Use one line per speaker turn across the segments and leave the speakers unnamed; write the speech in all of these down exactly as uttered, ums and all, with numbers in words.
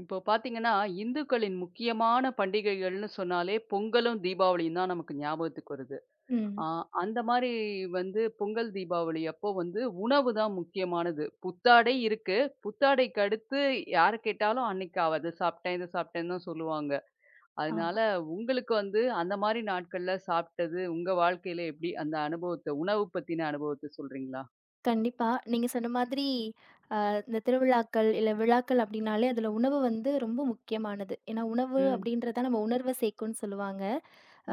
இப்போ பார்த்தீங்கன்னா, இந்துக்களின் முக்கியமான பண்டிகைகள்னு சொன்னாலே பொங்கலும், தீபாவளியும் தான் நமக்கு ஞாபகத்துக்கு வருது. ஆ
ம்.
அந்த மாரி வந்து பொங்கல், தீபாவளி அப்போ வந்து உணவு தான் முக்கியமானது. புத்தாடை இருக்கு. புத்தாடைக்கு அடுத்து யார கேட்டாலும் அன்னைக்கு அவ அத சாப்பிட்டேன், இத சாப்பிட்டேன்னு தான் சொல்லுவாங்க. அதனால
ஆமா.
உங்களுக்கு வந்து அந்த மாரி நாட்கள்ல சாப்பிட்டது உங்க வாழ்க்கையில எப்படி அந்த அனுபவத்த உணவு பத்தின அனுபவத்த சொல்றீங்களா?
கண்டிப்பா. நீங்க சொன்ன மாதிரி அ இந்த திருவிழாக்கள், இல்ல விழாக்கள் அப்டின்னாலே அதுல உணவு வந்து ரொம்ப முக்கியமானது. ஏன்னா உணவு
ம்.
அப்டின்றது தான் நம்ம உணர்வ சேர்க்கும்னு சொல்லுவாங்க.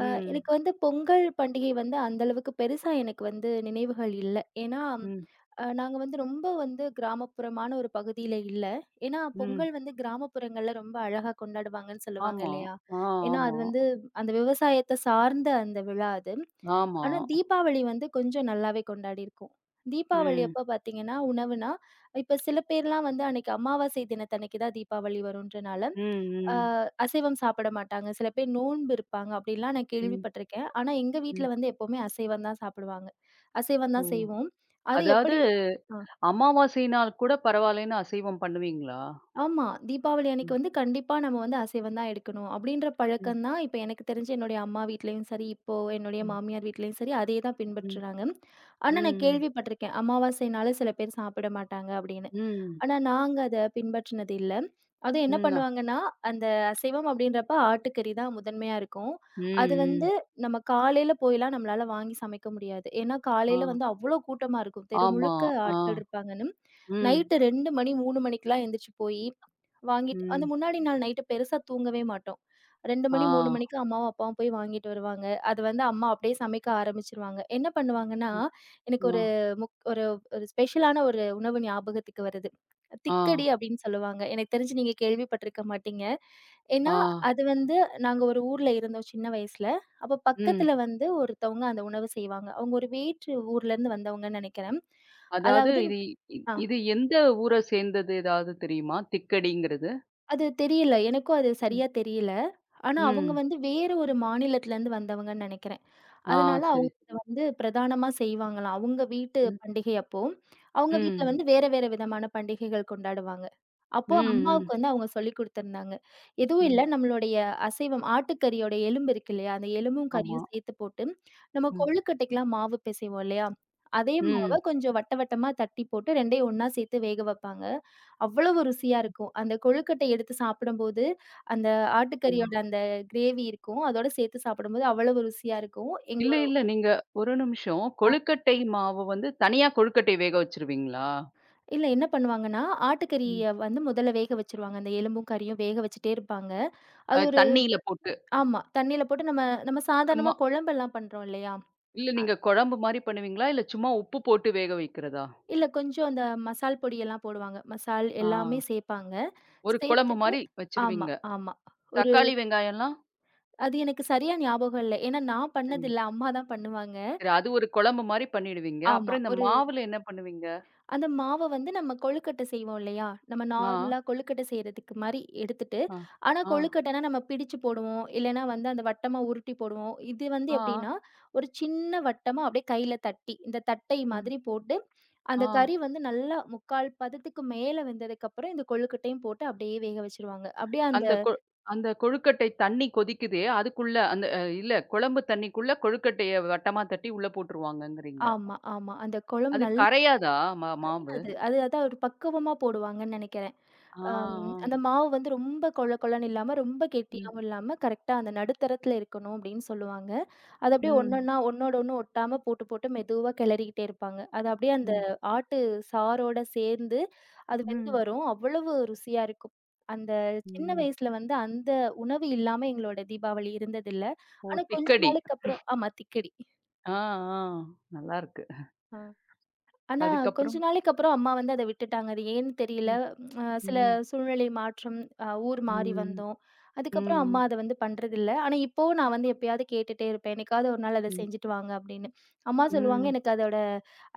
அ எனக்கு வந்து பொங்கல் பண்டிகை வந்து அந்த அளவுக்கு பெருசா எனக்கு வந்து நினைவுகள் இல்ல. ஏன்னா
ம்.
அ நாங்க வந்து ரொம்ப வந்து கிராமப்புறமான ஒரு பகுதியில இல்ல. ஏன்னா,
ம்.
பொங்கல் வந்து கிராமப்புறங்கள்ல ரொம்ப அழகா கொண்டாடுவாங்கன்னு சொல்லுவாங்க
ஆமா.
இல்லையா?
ஆ
ஏன்னா, அது
ஆமா.
வந்து அந்த விவசாயத்த சார்ந்த அந்த விழா அது.
ஆமா.
ஆனா, தீபாவளி வந்து கொஞ்சம் நல்லாவே கொண்டாடியிருக்கோம். தீபாவளி
ம்.
அப்ப பார்த்தீங்கன்னா, உணவுனா இப்ப சில பேர்லாம் வந்து அன்னைக்கு அமாவாசை தினத்தன்னைக்கு தான் தீபாவளி வருன்றனால
ம்,
அ
ம்.
அசைவம் சாப்பிட மாட்டாங்க. சில பேர் நோன்பு இருப்பாங்க. அப்படிலாம் நான்
ம்,
கேள்விப்பட்டிருக்கேன். ஆனா, எங்க வீட்ல
ம்.
வந்து எப்பவுமே அசைவம் தான் சாப்பிடுவாங்க. அசைவம்
ஓ!
தான் செய்வோம். அது
அதாவது
எப்படி இருக் ஆ.
அமாவாசை நாள் கூட பரவாயில்லன்னு அசைவம் பண்ணுவீங்களா?
ஆமா. தீபாவளி அன்னைக்கு
ம்,
வந்து கண்டிப்பா நம்ம வந்து அசைவம் தான் எடுக்கணும். அப்படின்ற
ம்,
பழக்கம் தான் இப்ப எனக்கு தெரிஞ்சு என்னுடைய அம்மா வீட்லயும் சரி, இப்போ என்னுடைய
ம்,
மாமியார் வீட்லயும் சரி, அதே தான்
ம்,
பின்பற்றுறாங்க. ஆனா நான்
ம்,
கேள்விப்பட்டிருக்கேன். அமாவாசைனால சில பேர் சாப்பிட மாட்டாங்க அப்படின்னு.
ம்,
ஆனா நாங்க அத பின்பற்றினது இல்ல. அதுவும் என்ன
ம், அ,
பண்ணுவாங்கன்னா, அந்த அசைவம் அப்படின்றப்ப ஆட்டுக்கறி தான் முதன்மையா இருக்கும்.
ம்,
அது வந்து
ம்.
நம்ம காலையில போய்லாம் நம்மளால வாங்கி சமைக்க முடியாது. ஏன்னா,
ஆ,
காலையில வந்து அவ்ளோ கூட்டமா இருக்கும். தெரு
ஆமா.
முழுக்க
ஆ,
ஆட்கள் இருப்பாங்கன்னு.
ம்,
நைட்டு இரண்டு மணி, மூன்று மணிக்கெல்லாம் எந்திரிச்சு போயி, வாங்கிட்டு அந்த
ம்.
முன்னாடி நாள் நைட்டு பெருசா தூங்கவே மாட்டோம். இரண்டு
ஆ,
மணி, மூன்று மணிக்கு அம்மாவும், அப்பாவும் போய் வாங்கிட்டு வருவாங்க. அது வந்து அம்மா அப்படியே சமைக்க ஆரம்பிச்சுருவாங்க. என்ன பண்ணுவாங்கன்னா,
அ,
எனக்கு
ஆ,
ஒரு முக் ஒரு ஒரு ஸ்பெஷலான ஒரு உணவு ஞாபகத்துக்கு வருது.
ஆ,
திக்கடி அப்படின்னு சொல்லுவாங்க. எனக்கு தெரிஞ்சு நீங்க கேள்விப்பட்டிருக்க மாட்டீங்க. ஏன்னா,
ஆ,
அது வந்து நாங்க ஒரு ஊர்ல இருந்தோம் சின்ன வயசுல. அப்ப
ம்.
பக்கத்துல வந்து ஒருத்தவங்க அந்த உணவு செய்வாங்க. அவங்க ஒரு வேற்று ஊர்லேருந்து வந்தவங்கன்னு நெனைக்கிறேன்.
அதாவது
அதாவது
இது இ
ஆ.
இது எந்த ஊர சேர்ந்தது ஏதாவது தெரியுமா? திக்கடிங்கிறது?
அது தெரியல. எனக்கும் அது
ம்,
சரியா தெரியல. ஆனா அவங்க
ம்.
வந்து வேற ஒரு மாநிலத்திலருந்து வந்தவங்கன்னு நெனைக்கிறேன்.
ஆ
அதனால
சரி,
அவங்க இத
சரி.
வந்து பிரதானமா செய்வாங்களாம். அவங்க வீட்டு
ம்,
பண்டிகை அப்போ, அவங்க வீட்ல ம்.
ம்,
வந்து வேற வேற விதமான பண்டிகைகள் கொண்டாடுவாங்க.
ம்,
அப்போ
ம்,
அம்மாவுக்கு வந்து அவங்க சொல்லிக் குடுத்திருந்தாங்க. எதுவும்
ம்.
இல்ல நம்மளுடைய அசைவம் ஆட்டுக்கறியோட எலும்பு இருக்கு இல்லையா? அந்த எலும்பும்
ஆமா.
கறியும் சேர்த்து போட்டு, நம்ம
ம்,
கொழுக்கட்டைக்கெல்லாம் மாவு பிசைவோம் இல்லையா? அதே மாவ கொஞ்சம் வட்ட வட்டமா தட்டி போட்டு 2யும் ஒண்ணா சேர்த்து வேக வைப்பாங்க. அவ்வளவு ருசியா இருக்கும். அந்த கொழுக்கட்டை எடுத்து சாப்பிடும்போது, அந்த ஆட்டுக்கறியோட
ம்.
அந்த கிரேவி இருக்கும். அதோட சேர்த்து சாப்பிடும்போது அவ்வளவு ருசியா இருக்கும்.
இல்ல, இல்ல. நீங்க ஒரு நிமிஷம்.
ஆ.
கொழுக்கட்டை மாவு வந்து தனியா கொழுக்கட்டை வேக வச்சுருவீங்களா?
இல்ல என்ன பண்ணுவாங்கன்னா,
ம்.
ஆட்டுக்கறிய வந்து முதல்ல வேக வச்சுருவாங்க. அந்த எலும்பும், கறியும் வேக வச்சுட்டே இருப்பாங்க.
அ
அது ஒரு
தண்ணீல போட்டு
ஆமா. தண்ணீல போட்டு நம்ம நம்ம சாதாரணமா
சும்மா
குழம்பெல்லாம் பண்றோம் இல்லையா?
இல்ல நீங்க குழம்பு மாரி பண்ணுவீங்களா? இல்ல சும்மா உப்பு போட்டு வேக வைக்கிறதா?
இல்ல கொஞ்சம் அந்த மசால் பொடியெல்லாம் போடுவாங்க. மசால்
ஆ
எல்லாமே சேப்பாங்க.
ஒரு குழம்பு
சேத்துட்டு
மாரி
ஆமா,
வச்சுருவீங்க.
ஆமா. ஒரு
தக்காளி, வெங்காயம்லாம்?
அது எனக்கு சரியா ஞாபகம் இல்ல. ஏன்னா நான்
சரி,
பண்ணதில்ல. அம்மா தான் பண்ணுவாங்க.
சரி. அது ஒரு குழம்பு மாரி பண்ணிடுவீங்க.
ஆமா.
அப்புறம் இந்த
ஒரு
மாவுல என்ன பண்ணுவீங்க?
அந்த மாவ வந்து நம்ம கொழுக்கட்டை செய்வோம் இல்லையா? நம்ம
ஆ,
நார்மலா கொழுக்கட்டை செய்றதுக்கு மாரி எடுத்துட்டு,
ஆ,
ஆனா
ஆ,
கொழுக்கட்டைனா நம்ம பிடிச்சு போடுவோம். இல்லன்னா வந்து அந்த வட்டமா உருட்டி போடுவோம். இது வந்து
ஆ,
எப்படின்னா, ஒரு சின்ன வட்டமா அப்படியே கையில தட்டி, இந்த தட்டை
ம்,
மாதிரி போட்டு, அந்த
ஆ.
கறி வந்து நல்லா முக்கால் பதத்துக்கு மேல வெந்ததுக்கப்புறம் இந்த கொழுக்கட்டையும் போட்டு அப்படியே வேக வச்சுருவாங்க. அப்படியே அந்த
அந்த கொ அந்த கொழுக்கட்டை தண்ணி கொதிக்குதே, அதுக்குள்ள அந்த அ இல்ல குழம்பு தண்ணிக்குள்ள கொழுக்கட்டைய வட்டமா தட்டி உள்ள போட்டுருவாங்கங்கிறீங்க.
ஆமா, ஆமா. அந்த குழம்பு
அது
நல்லா
கரையாதா மா
கறி
மாவு?
அது. அது அதான் ஒரு பக்குவமா போடுவாங்கன்னு நெனைக்கிறேன்.
ஆ,
அம்
ஆ.
அந்த மாவு வந்து ரொம்ப கொழ கொழன்னு இல்லாம, ரொம்ப
ம்,
கெட்டியாவும் இல்லாம, கரெக்ட்டா அந்த நடுத்தரத்துல இருக்கணும் அப்டின்னு சொல்லுவாங்க. அது அப்படியே ம்.
ம்,
ஒண்ணொன்னா ஒண்ணோட ஒண்ணு ஒட்டாம போட்டு, போட்டு மெதுவா கெளறிக்கிட்டே இருப்பாங்க. அது அப்படியே அந்த
ம்,
ஆட்டு சாரோட சேர்ந்து அது வெந்து
ம்,
வரும். அவ்வளவு ருசியா இருக்கும். அந்த சின்ன
ம்.
வயசுல வந்து அந்த உணவு இல்லாம எங்களோட தீபாவளி இருந்ததில்ல.
ஓ!
ஆனா கொஞ்ச
திக்கடி.
நாளுக்கு அப்புறம் ஆமா திக்கடி.
ஆ, ஆ. நல்லாருக்கு.
ஆ. ஆனா, கொஞ்ச
அதுக்கப்புறம்?
நாளைக்கு அப்புறம் அம்மா வந்து அத விட்டுட்டாங்க. அது ஏன்னு தெரியல.
ம்,
அ சில
ம்,
சூழ்நிலை மாற்றம், அ ஊர் மாறி
ம்,
வந்தோம். அதுக்கப்புறம் அம்மா
ம்,
அத வந்து பண்றதில்ல. ஆனா, இப்பவும் நான் வந்து எப்பயாவது கேட்டுட்டே இருப்பேன். "என்னைக்காவது ஒரு நாள் அத
ம்,
செஞ்சுட்டு வாங்க" அப்படின்னு. அம்மா சொல்லுவாங்க,
ம்.
"எனக்கு அதோட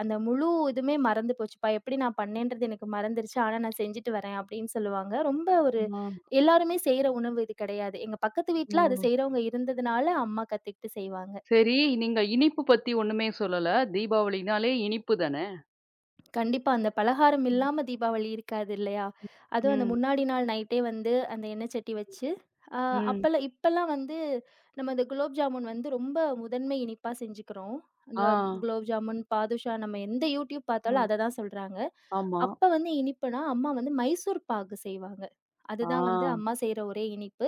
அந்த முழு இதுமே மறந்து போச்சுப்பா. எப்படி நான் பண்ணேன்றது எனக்கு மறந்துருச்சு. ஆனா, நான் செஞ்சுட்டு வரேன்" அப்படின்னு சொல்லுவாங்க. ரொம்ப ஒரு
ஆ,
எல்லாருமே செய்ற உணவு இது கிடையாது. எங்க பக்கத்து வீட்ல அது
ஓ!
செய்றவங்க இருந்ததுனால, அம்மா கத்துக்கிட்டு செய்வாங்க.
சரி, நீங்க இனிப்பு பத்தி ஒண்ணுமே சொல்லல. தீபாவளினாலே இனிப்பு தானே?
கண்டிப்பா. அந்த பலகாரம்
ம்,
இல்லாம தீபாவளி இருக்காது இல்லையா? அதுவும் அந்த
ம்.
முன்னாடி நாள் நைட்டே வந்து அந்த எண்ணெய் சட்டி வச்சு, அ
ம்.
அப்பலாம் இப்பலாம் வந்து நம்ம இந்த குலோப் ஜாமுன் வந்து ரொம்ப முதன்மை இனிப்பா செஞ்சுக்கிறோம். அந்த
ஆ,
குலோப் ஜாமுன், பாதுஷா நம்ம எந்த யூடியூப்
ஆ.
பார்த்தாலும் அத தான் சொல்றாங்க.
ஆமா.
அப்ப வந்து இனிப்புனா அம்மா வந்து மைசூர் பாகு செய்வாங்க.
ஆ,
அதுதான் வந்து அம்மா செய்ற ஒரே இனிப்பு.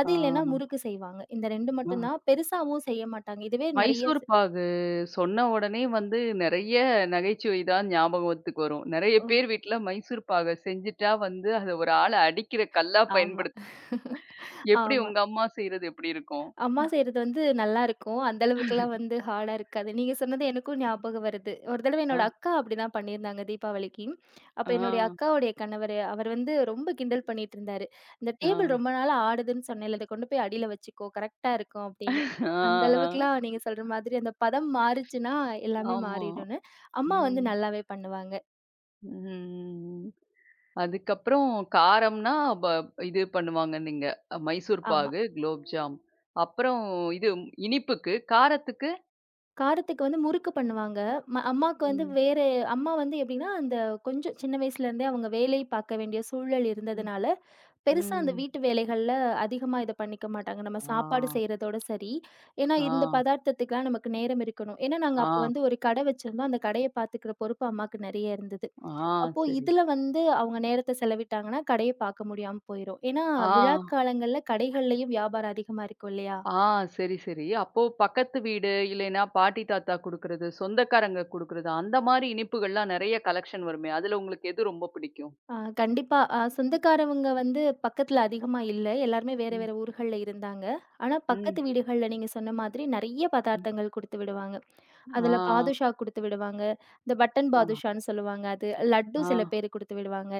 அது
ஆ,
இல்லன்னா முறுக்கு செய்வாங்க. இந்த இரண்டு
ஆ.
மட்டும் தான். பெருசாவும் செய்ய மாட்டாங்க. இதுவே நெறைய
மைசூர்
செ
பாகு சொன்ன உடனே வந்து நெறைய நகைச்சுவை தான் ஞாபகத்துக்கு வரும். நெறைய
ஓ
பேர் வீட்ல மைசூர் பாக செஞ்சுட்டா வந்து அத ஒரு ஆள அடிக்கிற கல்லா
ஆமா,
பயன்படுத்து எப்படி
ஆமா.
உங்க அம்மா செய்றது எப்படி இருக்கும்?
அம்மா செய்றது வந்து நல்லாருக்கும். அந்த அளவுக்குலாம் வந்து ஹார்டா இருக்காது. நீங்க சொன்னது எனக்கும் ஞாபகம் வருது. ஒரு தடவ என்னோட
ஆ,
அக்கா அப்படிதான் பண்ணியிருந்தாங்க தீபாவளிக்கு. அப்ப
ஆ,
என்னுடைய அக்காவுடைய கணவரு, அவர் வந்து ரொம்ப கிண்டல் பண்ணிட்டுருந்தாரு. "இந்த
ஆ,
டேபிள் ரொம்ப நாளா ஆடுதுன்னு சொன்னேல்ல, இத கொண்டு போய் அடியில வச்சுக்கோ. கரெக்ட்டா இருக்கும்" அப்படின்னு.
ஆ,
அந்த
ஆ.
அளவுக்குலாம் நீங்க சொல்ற மாதிரி அந்த பதம் மாறுச்சுன்னா எல்லாமே
ஆமா.
மாறிடும்னு. அம்மா வந்து
ம்.
நல்லாவே பண்ணுவாங்க.
ம். அதுக்கப்புறம் காரம்னா ப இது பண்ணுவாங்க நீங்க. அ, மைசூர்
ஆமா.
பாகு, குலோப் ஜாம். அப்புறம் இது இனிப்புக்கு, காரத்துக்கு?
காரத்துக்கு வந்து முறுக்கு பண்ணுவாங்க. ம அம்மாவுக்கு வந்து
ம்,
வேற அம்மா வந்து எப்படின்னா, அந்த கொஞ்சம் சின்ன வயசுலேருந்தே அவங்க வேலை பார்க்க வேண்டிய சூழல்
ம்,
இருந்ததுனால, பெருசா அந்த
ம்.
வீட்டு வேலைகள்ல அதிகமா இத பண்ணிக்க மாட்டாங்க. நம்ம
ஆ,
சாப்பாடு செய்றதோட சரி. ஏன்னா,
ஆ,
இந்த பதார்த்தத்துக்குலாம் நமக்கு நேரம் இருக்கணும். ஏன்னா, நாங்க
ஆ.
அப்போ வந்து ஒரு கடை வச்சிருந்தோம். அந்த கடைய பார்த்துக்கிற பொறுப்பு அம்மாக்கு நெறைய இருந்தது.
ஆ
அப்போ
சரி.
இதுல வந்து அவங்க நேரத்த செலவிட்டாங்கன்னா, கடைய பார்க்க முடியாம போயிரும். ஏன்னா,
ஆ,
விழா காலங்கள்ல கடைகள்லயும் வியாபாரம் அதிகமா இருக்கும் இல்லையா?
ஆ சரி, சரி. அப்போ பக்கத்து வீடு, இல்லைன்னா பாட்டி, தாத்தா குடுக்குறது, சொந்தக்காரங்க குடுக்குறது, அந்த மாரி இனிப்புகள்லாம் நெறைய கலெக்ஷன் வருமே! அதுல உங்களுக்கு எது ரொம்ப பிடிக்கும்?
ஆ கண்டிப்பா. அ சொந்தக்காரவங்க வந்து பக்கத்துல அதிகமா இல்ல. எல்லாருமே வேற
ம்,
வேற ஊர்கள்ல இருந்தாங்க. ஆனா பக்கத்து
ம்,
வீடுகள்ல நீங்க சொன்ன மாதிரி நெறைய
ம்.
பதார்த்தங்கள் குடுத்து விடுவாங்க.
ஆ,
அதுல பாதுஷா குடுத்து விடுவாங்க. இந்த பட்டன்
ஆ,
பாதுஷான்னு சொல்லுவாங்க அது. லட்டு
ஆ,
சில பேர் குடுத்து விடுவாங்க.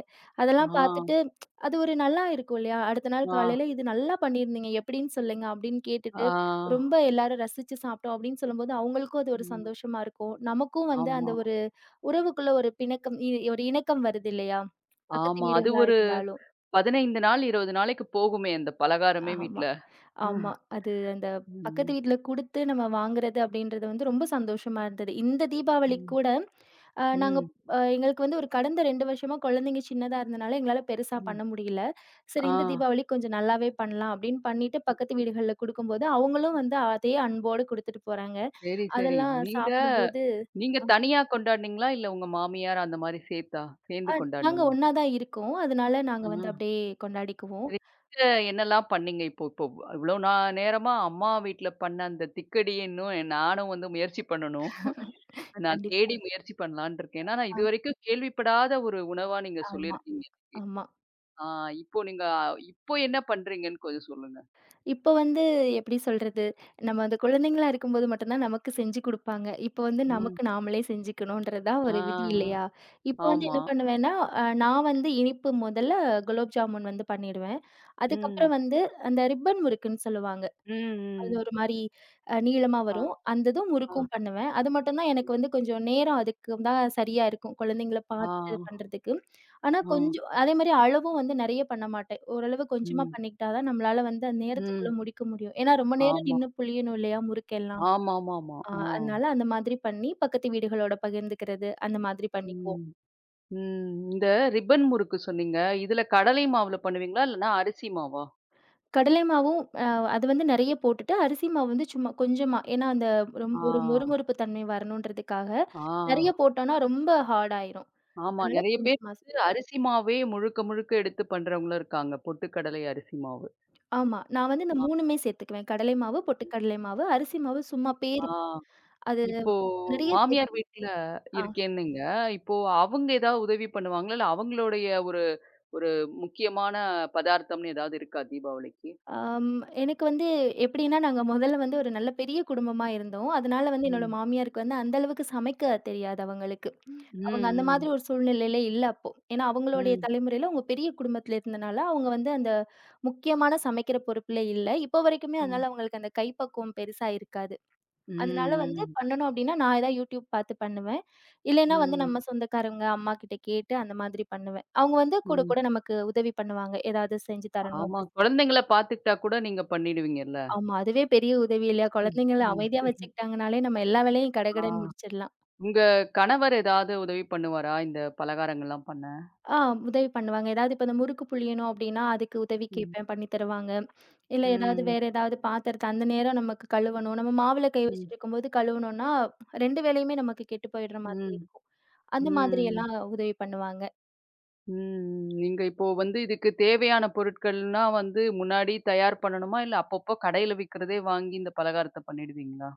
ஆ,
அதெல்லாம் பார்த்துட்டு அது ஒரு நல்லா இருக்கும் இல்லையா? அடுத்த நாள்
ஆ,
காலையில "இது நல்லா பண்ணியிருந்தீங்க. எப்படின்னு சொல்லுங்க." அப்படின்னு கேட்டுட்டு
ஆ.
ரொம்ப எல்லாரும் ரசிச்சு சாப்பிட்டோம் அப்படின்னு சொல்லும்போது, அவங்களுக்கும் அது ஒரு
ம்.
சந்தோஷமா இருக்கும். நமக்கும் வந்து அந்த
ஆமா,
ஒரு உறவுக்குள்ள ஒரு பிணக்கம் இ ஒரு இணக்கம் வருது இல்லையா? பக்கத்து
ஆமா. அது
வீடுகளா
ஒரு
இருந்தாலும்.
பதினைந்து நாள், இருபது நாளைக்கு போகுமே! அந்த பலகாரமே
ஆமா,
வீட்ல. ஆ.
ஆமா. அது அந்த பக்கத்து
ம்,
வீட்ல குடுத்து நம்ம வாங்குறது அப்படின்றது வந்து ரொம்ப சந்தோஷமா இருந்தது. இந்த தீபாவளிக்கு
ம்,
கூட அ நாங்க
ம்,
அ எங்களுக்கு வந்து ஒரு கடந்த இரண்டு வருஷமா குழந்தைங்க சின்னதா இருந்தனால எங்களால பெருசா
ம்.
பண்ண முடியல. சரி
ஆ.
இந்த தீபாவளி கொஞ்சம் நல்லாவே பண்ணலாம் அப்படின்னு பண்ணிட்டு பக்கத்து வீடுகள்ல குடுக்கும்போது, அவங்களும் வந்து அதே அன்போடு குடுத்துட்டு போறாங்க.
சரி, சரி.
அதெல்லாம்
நீங்க
சாப்பிடும்போது
நீங்க தனியா கொண்டாடுனீங்களா? இல்ல உங்க மாமியார் அந்த மாரி சேர்த்தா சேர்ந்து
நாங்க
கொண்டாடுனீங்களா?
ஒண்ணா தான் இருக்கோம். அதனால நாங்க வந்து
ஆ.
அப்படியே கொண்டாடிக்குவோம்.
சரி. நீங்க என்னலாம் பண்ணீங்க? இப்போ இப்போ இவ்ளோ நா நேரமா அம்மா வீட்ல பண்ண அந்த திக்கடி இன்னும் நானும் வந்து முயற்சி பண்ணணும். நான்
கண்டிப்பா.
தேடி முயற்சி பண்ணலான்னு இருக்கேன். ஏன்னா, நான் இதுவரைக்கும் கேள்விப்படாத ஒரு உணவா நீங்க
ஆமா.
சொல்லியிருக்கீங்க.
ஆமா.
ஆ இப்போ நீங்க இப்போ என்ன பண்றீங்கன்னு கொஞ்சம் சொல்லுங்க?
இப்ப வந்து எப்படி சொல்றது? நம்ம அந்த குழந்தைங்களா இருக்கும்போது மட்டும் தான் நமக்கு செஞ்சு குடுப்பாங்க. இப்ப வந்து
ம்.
நமக்கு நாமளே செஞ்சுக்கணும்ன்றது தான்
ஆ,
ஒரு விதி
ஆ.
இல்லையா? இப்ப வந்து
ஆமா.
என்ன பண்ணுவேன்னா, அ நான் வந்து இனிப்பு முதல்ல குலோப் ஜாமுன் வந்து பண்ணிடுவேன்.
ம்.
அதுக்கப்புறம் வந்து அந்த ரிப்பன் முறுக்குன்னு சொல்லுவாங்க.
ம்,
அது
ம்.
ஒரு மாரி அ நீளமா
ஆ,
வரும். அந்த இதும்
ஆ,
முறுக்கும் பண்ணுவேன். அது மட்டும் தான் எனக்கு வந்து கொஞ்சம் நேரம் அதுக்கு தான் சரியா இருக்கும். குழந்தைங்கள
ஆ,
பார்த்துட்டு பண்றதுக்கு. ஆனா
ஆ.
கொஞ்சம் அதே மாரி அளவும் வந்து நெறைய பண்ண மாட்டேன். ஓரளவு கொஞ்சமா
ம்.
பண்ணிக்கிட்டா தான் நம்மளால வந்து அந்த நேரத்துக்குள்ள
ம்.
முடிக்க முடியும். ஏன்னா ரொம்ப நேரம்
ஆமா.
நின்னு புளியணும் இல்லையா முறுக்கெல்லாம்.
ஆமாமாமா.
ஆ
ஆ.
அதனால அந்த மாதிரி பண்ணி பக்கத்து வீடுகளோட பகிர்ந்துக்கிறது, அந்த மாதிரி பண்ணிக்குவோம்.
ம். ம். இந்த ரிப்பன் முறுக்கு சொன்னீங்க. இதுல கடலை மாவுல பண்ணுவீங்களா? இல்லன்னா அரிசி மாவா?
கடலை மாவும் அ அது வந்து நெறைய போட்டுட்டு, அரிசி மாவு வந்து சும்மா கொஞ்சமா. ஏன்னா, அந்த ரொம்
ஆ.
ஒரு மொறுமொறுப்பு தன்மை வரணுன்றதுக்காக,
ஆ.
நெறைய போட்டோம்னா ரொம்ப ஹார்ட் ஆயிரும்.
ஆமா.
அதனால
நெறைய பேர்
கொஞ்சமா ஸ்
வந்து அரிசி மாவே முழுக்க முழுக்க எடுத்து பண்றவங்களும் இருக்காங்க. பொட்டுக்கடலை அரிசி மாவு.
ஆமா. நான் வந்து இந்த
ஆ.
3மே சேர்த்துக்குவேன். கடலை மாவு, பொட்டுக்கடலை மாவு, அரிசி மாவு சும்மா
ஆ.
பேருக்கு. அது
இப்போ
நெறைய சேத்
மாமியார் வீட்ல
ஆ.
இருக்கேன்னுங்க. இப்போ அவங்க ஏதாவது உதவி பண்ணுவாங்களா? இல்ல அவங்களுடைய ஒரு ஒரு முக்கியமான பதார்த்தம்னு ஏதாவது இருக்கா தீபாவளிக்கு?
அம் எனக்கு வந்து எப்படின்னா, நாங்க மொதல்ல வந்து ஒரு நல்ல பெரிய குடும்பமா இருந்தோம். அதனால வந்து என்னோட
ம்.
மாமியாருக்கு வந்து அந்த அளவுக்கு சமைக்க தெரியாது அவங்களுக்கு.
ம்.
அவங்க அந்த மாதிரி
ம்.
ஒரு சூழ்நிலையில இல்ல அப்போ. ஏன்னா அவங்களுடைய ம்.
ம்.
தலைமுறையில அவங்க பெரிய குடும்பத்தில இருந்தனால, அவங்க வந்து அந்த முக்கியமான சமைக்கிற பொறுப்புல இல்ல. இப்போ வரைக்குமே
ம்.
அதனால அவங்களுக்கு அந்த கைப்பக்குவம் பெருசா இருக்காது. ம். அதனால வந்து
ம்,
பண்ணணும் அப்டின்னா, நான் ஏதாவது YouTube பார்த்து பண்ணுவேன். இல்லைன்னா வந்து
ம்,
நம்ம சொந்தக்காரவங்க அம்மாகிட்ட கேட்டு அந்த மாதிரி பண்ணுவேன். அவங்க வந்து கூட
ம்.
கூட நமக்கு உதவி பண்ணுவாங்க. ஏதாவது செஞ்சு தரணும்
ஆமா.
அப்ப செஞ்சு தரணும்.
குழந்தைங்கள பார்த்துக்கிட்டா கூட நீங்க பண்ணிடுவீங்கல்ல?
ஆமா. அதுவே பெரிய உதவி இல்லையா?
ம்,
குழந்தைங்கள
ம்.
அமைதியா வச்சுக்கிட்டாங்கனாலே நம்ம எல்லா வேலையும்
ஆ.
கடகடன்னு முடிச்சிடலாம்.
உங்க கணவர் ஏதாவது உதவி பண்ணுவாரா? இந்த பலகாரங்கள்லாம் பண்ண?
ஆ உதவி பண்ணுவாங்க. ஏதாவது இப்ப இந்த முறுக்கு புழியணும் அப்டின்னா, அதுக்கு உதவி
ம்.
கேட்பேன் பண்ணி தருவாங்க. இல்ல ஏதாவது
ம்.
வேற ஏதாவது பாத்திரத்த அந்த நேரம் நமக்கு கழுவணும். நம்ம மாவுல கை வச்சுட்டு
ம்.
இருக்கும்போது கழுவணும்னா, இரண்டு வேலையுமே நமக்கு கெட்டு போயிடுற மாதிரி
ம்.
இருக்கும். அந்த ம். மாதிரி
ம்.
எல்லாம் உதவி பண்ணுவாங்க.
ம். நீங்க இப்போ வந்து இதுக்கு தேவையான பொருட்கள்னா வந்து முன்னாடி தயார் பண்ணணுமா? இல்ல அப்பப்போ கடையில விக்கிறதே வாங்கி இந்த பலகாரத்த பண்ணிடுவீங்களா?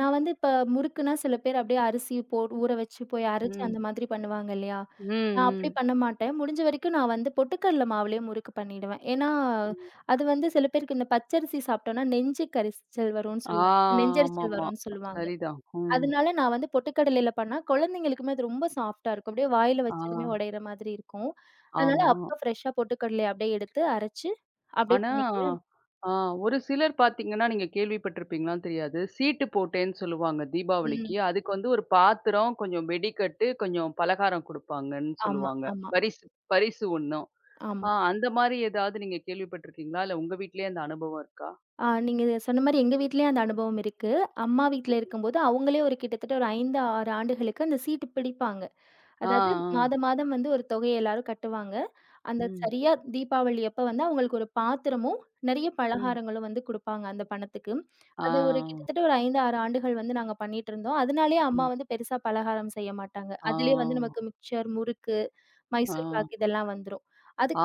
நான் வந்து இப்ப முறுக்குன்னா சில பேர் அப்டியே அரிசி போ ஊற வச்சு போய் அரைச்சு
ம்.
அந்த மாதிரி பண்ணுவாங்க இல்லையா?
ம்.
நான்
ம்.
அப்டி பண்ண மாட்டேன். முடிஞ்ச வரைக்கும் நான் வந்து பொட்டுக்கடல மாவுலயே முறுக்கு பண்ணிடுவேன். ஏன்னா,
ம்.
அது வந்து சில பேருக்கு இந்த பச்சரிசி சாப்ட்டோம்னா நெஞ்சு கரிச்சல் வரும்னு
ஆ
சொல்லுவாங்க. நெஞ்செரிச்சல்
ஆமாமா.
வரும்னு சொல்லுவாங்க.
சரிதான். ம்.
அதனால நான் வந்து பொட்டுக்கடலையில பண்ணா, குழந்தைங்களுக்குமே அது ரொம்ப சாஃப்ட்டா இருக்கும். அப்படியே வாயில
ஆ
வச்சதுமே உடையிற மாதிரி இருக்கும். அதனால
ஆமா.
அப்ப ஃப்ரெஷ்ஷா பொட்டுக்கடலைய அப்படியே எடுத்து அரைச்சு, அப்படியே
ஆனா,
பண்ணிக்குவேன்.
ஆ ஒரு சிலர் பார்த்தீங்கன்னா, நீங்க கேள்விப்பட்டிருப்பீங்களான்னு தெரியாது. சீட்டு போட்டேன்னு சொல்லுவாங்க
ம்.
தீபாவளிக்கு. அதுக்கு வந்து ஒரு பாத்திரம், கொஞ்சம் வெடிக்கட்டு, கொஞ்சம் பலகாரம் குடுப்பாங்கன்னு
ஆமா,
சொல்லுவாங்க.
ஆமா,
பரிசு பரிசு ஒண்ணும்.
ஆமா.
ஆ அந்த மாரி ஏதாவது நீங்க கேள்விப்பட்டிருக்கீங்களா? இல்ல உங்க வீட்லயே அந்த அனுபவம் இருக்கா?
ஆ நீங்க சொன்ன மாரி எங்க வீட்லயும் அந்த அனுபவம் இருக்கு. அம்மா வீட்ல இருக்கும்போது அவங்களே ஒரு கிட்டத்தட்ட ஒரு ஐந்து, ஆறு ஆண்டுகளுக்கு அந்த சீட்டு பிடிப்பாங்க.
ஆ,
அதாவது மாதம்
ஆ.
மாதம் வந்து ஒரு தொகை எல்லாரும் கட்டுவாங்க. அந்த
ம்,
சரியா தீபாவளி அப்ப வந்து அவங்களுக்கு ஒரு பாத்திரமும், நெறைய
ம்.
பலகாரங்களும் வந்து குடுப்பாங்க அந்த பணத்துக்கு.
ஆ,
அது ஒரு கிட்டத்தட்ட ஒரு ஐந்து, ஆறு ஆண்டுகள் வந்து நாங்க பண்ணிட்டுருந்தோம். அதனாலேயே அம்மா
ம்.
வந்து பெருசா பலகாரம் செய்ய மாட்டாங்க.
ஆ,
அதிலேயே வந்து நமக்கு மிக்சர், முறுக்கு,
ஆ.
மைசூர் பாக்கு இதெல்லாம் வந்துரும்.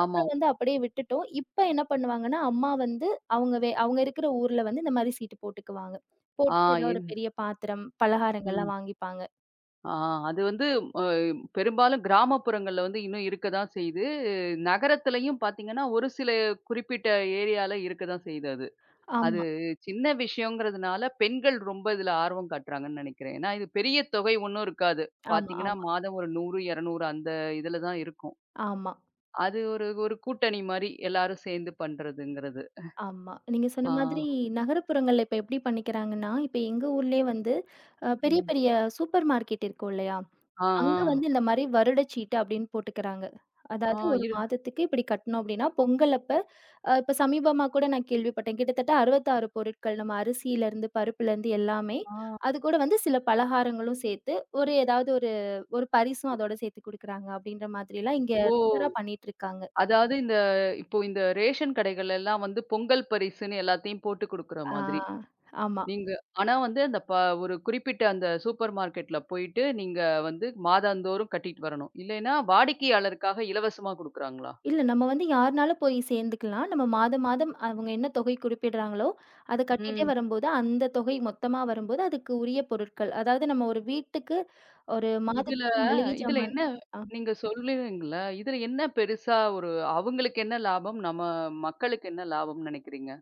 ஆமா.
வந்து அப்படியே விட்டுட்டோம். இப்ப என்ன பண்ணுவாங்கன்னா, அம்மா வந்து அவங்க வே அவங்க இருக்கிற ஊர்ல வந்து இந்த மாரி சீட்டு போட்டுக்குவாங்க.
ஆ
போட்டுட்டு ஏதாவது ஒரு
என்
பெரிய பாத்திரம்,
ம்.
பலகாரங்கள்லாம் வாங்கிப்பாங்க.
ஆ அது வந்து அ பெரும்பாலும் கிராமப்புறங்கள்ல வந்து இன்னும் இருக்க தான் செய்யுது. நகரத்திலயும் பார்த்தீங்கன்னா, ஒரு சில குறிப்பிட்ட ஏரியால இருக்க தான் செய்யுது அது. அது
ஆமா,
சின்ன விஷயங்கிறதுனால பெண்கள் ரொம்ப இதுல ஆர்வம் காட்டுறாங்கன்னு நெனைக்கிறேன். ஏன்னா, இது பெரிய தொகை ஒண்ணும் இருக்காது.
ஆமா,
பார்த்தீங்கன்னா,
ஆமா,
மாதம் ஒரு நூறு, இருநூறு அந்த இதுல தான் இருக்கும்.
ஆமா.
அது ஒரு ஒரு கூட்டணி மாரி எல்லாரும் சேர்ந்து பண்றதுங்கிறது.
ஆமா. நீங்க சொன்ன மாதிரி
ஆ.
நகரப்புறங்கள்ல இப்ப எப்படி பண்ணிக்கிறாங்கன்னா, இப்ப எங்க ஊர்லயே வந்து அ பெரிய
ம்.
பெரிய சூப்பர் மார்க்கெட் இருக்கும் இல்லையா?
ஆ, ஆ.
அங்க வந்து இந்த மாரி வருடச்சீட்டு அப்படின்னு போட்டுக்கிறாங்க.
ஆ
அதாவது ஒரு
இரு
மாதத்துக்கு இப்படி கட்டணும் அப்படின்னா, பொங்கல் அப்ப அ இப்ப சமீபமா கூட நான் கேள்விப்பட்டேன். கிட்டத்தட்ட அறுபத்தி ஆறு பொருட்கள் நம்ம அரிசியிலருந்து, பருப்புலருந்து எல்லாமே.
ஆ.
அது கூட வந்து சில பலகாரங்களும் சேர்த்து, ஒரு ஏதாவது ஒரு ஒரு பரிசும் அதோட சேர்த்து குடுக்குறாங்க அப்படின்ற மாதிரிலாம் இங்க
ஓ!
ரெகுலரா பண்ணிட்டு இருக்காங்க.
அதாவது இந்த இப்போ இந்த ரேஷன் கடைகள் எல்லாம் வந்து பொங்கல் பரிசுன்னு எல்லாத்தையும் போட்டு குடுக்குற
ஆ
மாதிரி.
ஆமா.
நீங்க ஆனா வந்து அந்த ப ஒரு குறிப்பிட்ட அந்த சூப்பர் மார்க்கெட்ல போயிட்டு நீங்க வந்து மாதந்தோறும் கட்டிட்டு வரணும். இல்லைன்னா வாடிக்கையாளருக்காக இலவசமா குடுக்குறாங்களா?
இல்ல நம்ம வந்து யாருனாலும் போய் சேர்ந்துக்கலாம். நம்ம மாதம், மாதம் அவங்க என்ன தொகை குறிப்பிடுறாங்களோ, அத கட்டிட்டே
ம்.
வரும்போது, அந்த தொகை மொத்தமா வரும்போது, அதுக்கு உரிய பொருட்கள். அதாவது நம்ம ஒரு வீட்டுக்கு ஒரு
இதுல
மாதத்துக்கு மளிகை
இதுல
ஜாமான்
என்ன
ஆ.
நீங்க சொல்லுவீங்கல்ல, இதுல என்ன பெருசா ஒரு அவங்களுக்கு என்ன லாபம்? நம்ம மக்களுக்கு என்ன லாபம்னு நெனைக்கிறீங்க?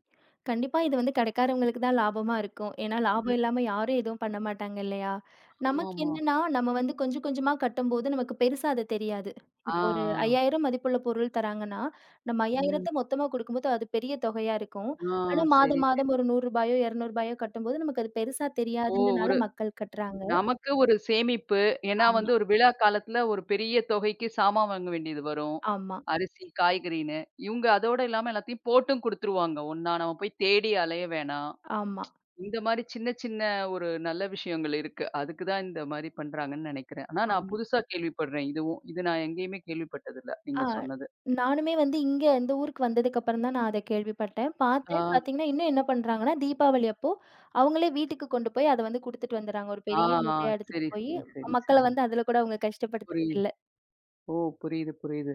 கண்டிப்பா இது வந்து கடைக்காரவங்களுக்கு தான் லாபமா இருக்கும். ஏன்னா
ம்.
லாபம் இல்லாம யாரும் எதுவும் பண்ண மாட்டாங்க இல்லையா?
ஆமா.
நமக்கு
ஆமா.
என்னன்னா, நம்ம வந்து கொஞ்சம் கொஞ்சமா கட்டும்போது நமக்கு பெருசா அது தெரியாது.
ஆ,
இப்போ ஒரு
ஆ.
ஐயாயிரம் மதிப்புள்ள பொருள் தராங்கன்னா, நம்ம
ம்.
5,000த்த மொத்தமா குடுக்கும்போது அது பெரிய தொகையா இருக்கும்.
ஆ
ஆனா
சரி,
மாதம் மாதம்
சரி.
ஒரு ரூ. 100யோ, ரூ. 200யோ கட்டும்போது நமக்கு அது பெருசா
ஓ!
தெரியாதுன்றனால மக்கள் கட்டுறாங்க.
நமக்கு ஒரு சேமிப்பு. ஏன்னா
ஆமா,
வந்து ஒரு விழா காலத்துல ஒரு பெரிய தொகைக்கு சாமான் வாங்க வேண்டியது வரும்.
ஆமா,
அரிசி, காய்கறின்னு. இவுங்க அதோட இல்லாம எல்லாத்தையும் போட்டும் குடுத்துருவாங்க ஒண்ணா. நம்ம போய் தேடி அலைய வேணாம்.
ஆமா,
இந்த மாரி சின்ன சின்ன ஒரு நல்ல விஷயங்கள் இருக்கு. அதுக்கு தான் இந்த மாரி பண்றாங்கன்னு நெனைக்கிறேன். ஆனா நான்
ஆமா.
புதுசா கேள்விப்படுறேன் இதுவும். இது நான் எங்கேயுமே கேள்விப்பட்டதில்ல.
ஆ.
நீங்க சொன்னது.
நானுமே வந்து இங்க இந்த ஊருக்கு வந்ததுக்கப்புறம் தான் நான் அத கேள்விப்பட்டேன். பார்த்தேன்.
ஆ,
பார்த்தீங்கன்னா, இன்னும் என்ன பண்றாங்கன்னா, தீபாவளி அப்போ அவங்களே வீட்டுக்கு கொண்டு போய் அத வந்து குடுத்துட்டு வந்துர்றாங்க. ஒரு
ஆ,
பெரிய
ஆ.
மூட்டையா எடுத்துட்டு
சரி,
போயி,
சரி, சரி, சரி.
மக்கள வந்து அதுல கூட அவங்க
புரியுது.
கஷ்டப்படுத்துறதில்ல.
ஓ! புரியுது, புரியுது.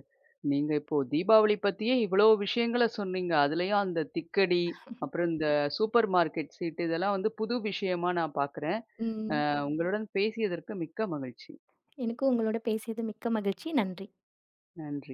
நீங்க இப்போ தீபாவளி பத்தியே இவ்ளோ விஷயங்கள சொன்னீங்க. அதுலயும் அந்த திக்கடி, அப்புறம் இந்த சூப்பர் மார்க்கெட் சீட்டு இதெல்லாம் வந்து புது விஷயமா நான் பார்க்குறேன்.
ம்.
அ உங்களுடன் பேசியதற்கு மிக்க மகிழ்ச்சி.
எனக்கும் உங்களோட பேசியது மிக்க மகிழ்ச்சி. நன்றி.
நன்றி.